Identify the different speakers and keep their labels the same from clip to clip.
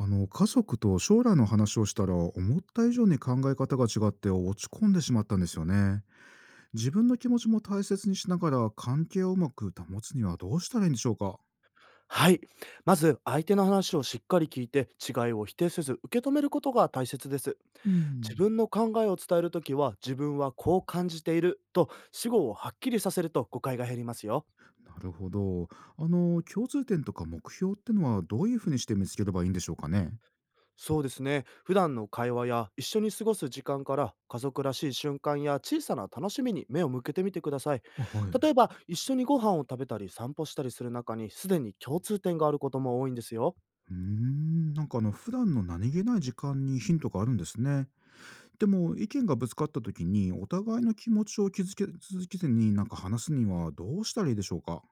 Speaker 1: 家族と将来の話をしたら思った以上に考え方が違って落ち込んでしまったんですよね。自分の気持ちも大切にしながら関係をうまく保つにはどうしたらいいんでしょうか？
Speaker 2: はい。まず、相手の話をしっかり聞いて、違いを否定せず受け止めることが大切です。
Speaker 1: う
Speaker 2: 自
Speaker 1: ん。
Speaker 2: 分の考えを伝えるときは、自分はこう感じていると、死語をはっきりさせると誤解が減りますよ。
Speaker 1: なるほど。共通点とか目標ってのはどういうふうにして見つければいいんでしょうかね？
Speaker 2: そうですね。普段の会話や一緒に過ごす時間から、家族らしい瞬間や小さな楽しみに目を向けてみてください。
Speaker 1: あ、はい。う
Speaker 2: 例えば、一緒にご飯を食べたり散歩したりする中に、すでに共通点があることも多いんですよ。
Speaker 1: ーん。なんか普段の何気ない時間にヒントがあるんですね。でも意見がぶつかった時にお互いの気持ちを気づけ続けずになんか話すにはどうしたらいいでしょうか？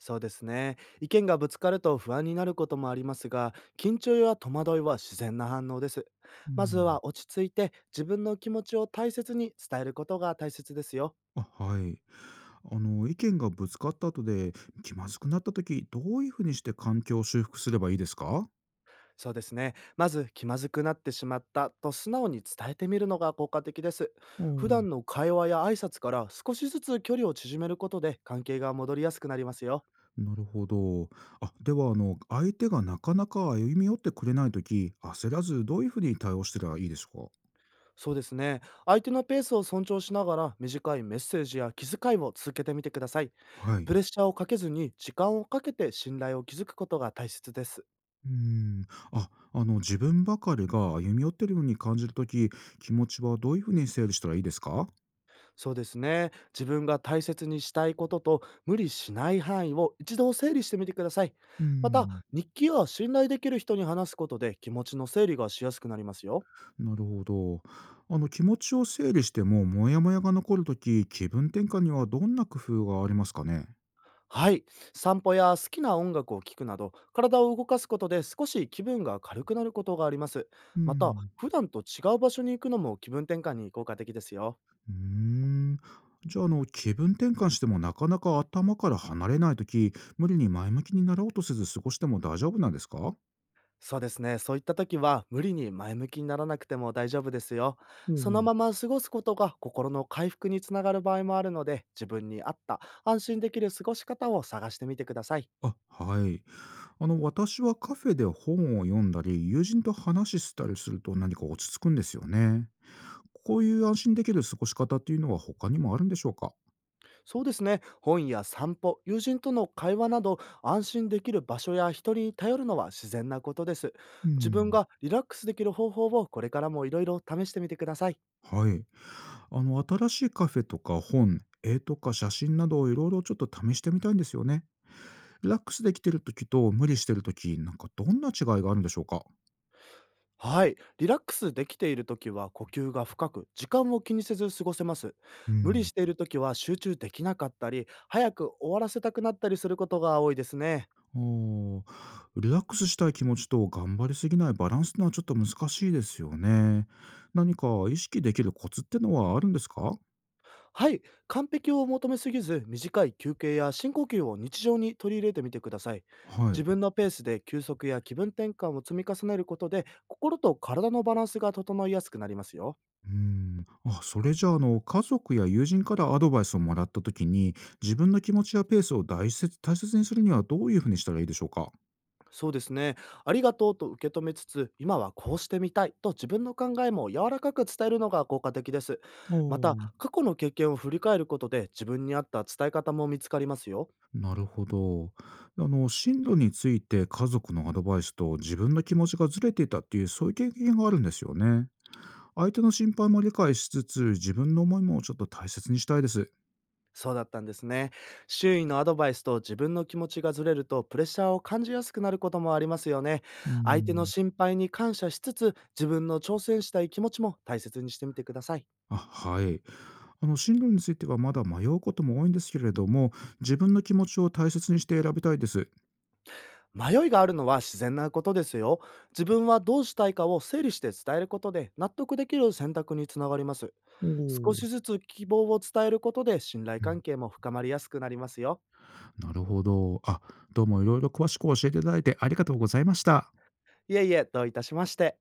Speaker 2: そうですね。意見がぶつかると不安になることもありますが、緊張や戸惑いは自然な反応です。
Speaker 1: う
Speaker 2: まず
Speaker 1: ん。
Speaker 2: は落ち着いて、自分の気持ちを大切に伝えることが大切ですよ。
Speaker 1: あ、はい。意見がぶつかった後で気まずくなった時、どういうふうにして環境を修復すればいいですか？
Speaker 2: そうですね。まず、気まずくなってしまったと素直に伝えてみるのが効果的です。
Speaker 1: お
Speaker 2: 普
Speaker 1: ー。
Speaker 2: 段の会話や挨拶から、少しずつ距離を縮めることで関係が戻りやすくなりますよ。
Speaker 1: なるほど。あ、では、相手がなかなか歩み寄ってくれない時、焦らずどういうふうに対応してたらいいですか？
Speaker 2: そうですね。相手のペースを尊重しながら、短いメッセージや気遣いを続けてみてください。
Speaker 1: はい。
Speaker 2: プレッシャーをかけずに、時間をかけて信頼を築くことが大切です。
Speaker 1: うーん。あ、自分ばかりが歩み寄ってるように感じる時、気持ちはどういうふうに整理したらいいですか？
Speaker 2: そうですね。自分が大切にしたいことと、無理しない範囲を一度整理してみてください。
Speaker 1: うー
Speaker 2: また、
Speaker 1: ん。
Speaker 2: 日記や信頼できる人に話すことで、気持ちの整理がしやすくなりますよ。
Speaker 1: なるほど。気持ちを整理してもモヤモヤが残るとき、気分転換にはどんな工夫がありますかね？
Speaker 2: はい。散歩や好きな音楽を聴くなど、体を動かすことで少し気分が軽くなることがあります。
Speaker 1: う
Speaker 2: また、
Speaker 1: ん。
Speaker 2: 普段と違う場所に行くのも気分転換に効果的ですよ。
Speaker 1: うーん。じゃあ気分転換してもなかなか頭から離れないとき、無理に前向きになろうとせず過ごしても大丈夫なんですか？
Speaker 2: そうですね。そういった時は、無理に前向きにならなくても大丈夫ですよ。
Speaker 1: う
Speaker 2: その
Speaker 1: ん。
Speaker 2: まま過ごすことが心の回復につながる場合もあるので、自分に合った安心できる過ごし方を探してみてください。
Speaker 1: あ、はい。私はカフェで本を読んだり、友人と話したりすると何か落ち着くんですよね。こういう安心できる過ごし方っていうのは他にもあるんでしょうか？
Speaker 2: そうですね。本や散歩、友人との会話など、安心できる場所や人に頼るのは自然なことです。
Speaker 1: う
Speaker 2: 自分
Speaker 1: ん。
Speaker 2: がリラックスできる方法を、これからもいろいろ試してみてください。
Speaker 1: はい。新しいカフェとか本、絵とか写真などをいろいろちょっと試してみたいんですよね。リラックスできてる時と無理してる時、なんかどんな違いがあるんでしょうか？
Speaker 2: はい。リラックスできているときは呼吸が深く、時間を気にせず過ごせます。
Speaker 1: う
Speaker 2: 無理
Speaker 1: ん。
Speaker 2: しているときは集中できなかったり、早く終わらせたくなったりすることが多いですね。
Speaker 1: あー。リラックスしたい気持ちと頑張りすぎないバランスのはちょっと難しいですよね。何か意識できるコツってのはあるんですか？
Speaker 2: はい。完璧を求めすぎず、短い休憩や深呼吸を日常に取り入れてみてください。
Speaker 1: は
Speaker 2: 自
Speaker 1: い。
Speaker 2: 分のペースで休息や気分転換を積み重ねることで、心と体のバランスが整いやすくなりますよ。
Speaker 1: うん。あ、それじゃあ、家族や友人からアドバイスをもらった時に、自分の気持ちやペースを大切大切にするにはどういうふうにしたらいいでしょうか？
Speaker 2: そうですね。ありがとうと受け止めつつ、今はこうしてみたいと自分の考えも柔らかく伝えるのが効果的です。
Speaker 1: お
Speaker 2: また、
Speaker 1: お。
Speaker 2: 過去の経験を振り返ることで、自分に合った伝え方も見つかりますよ。
Speaker 1: なるほど。進路について家族のアドバイスと自分の気持ちがずれていたっていう、そういう経験があるんですよね。相手の心配も理解しつつ、自分の思いもちょっと大切にしたいです。
Speaker 2: そうだったんですね。周囲のアドバイスと自分の気持ちがずれると、プレッシャーを感じやすくなることもありますよね。
Speaker 1: うー
Speaker 2: 相手の
Speaker 1: ん。
Speaker 2: 心配に感謝しつつ、自分の挑戦したい気持ちも大切にしてみてください。
Speaker 1: あ、はい。進路についてはまだ迷うことも多いんですけれども、自分の気持ちを大切にして選びたいです。
Speaker 2: 迷いがあるのは自然なことですよ。自分はどうしたいかを整理して伝えることで、納得できる選択につながります。
Speaker 1: お
Speaker 2: 少
Speaker 1: お。
Speaker 2: しずつ希望を伝えることで、信頼
Speaker 1: う
Speaker 2: 関
Speaker 1: ん。
Speaker 2: 係も深まりやすくなりますよ。
Speaker 1: なるほど。あ、どうもいろいろ詳しく教えていただいてありがとうございました。
Speaker 2: いえいえ、どういたしまして。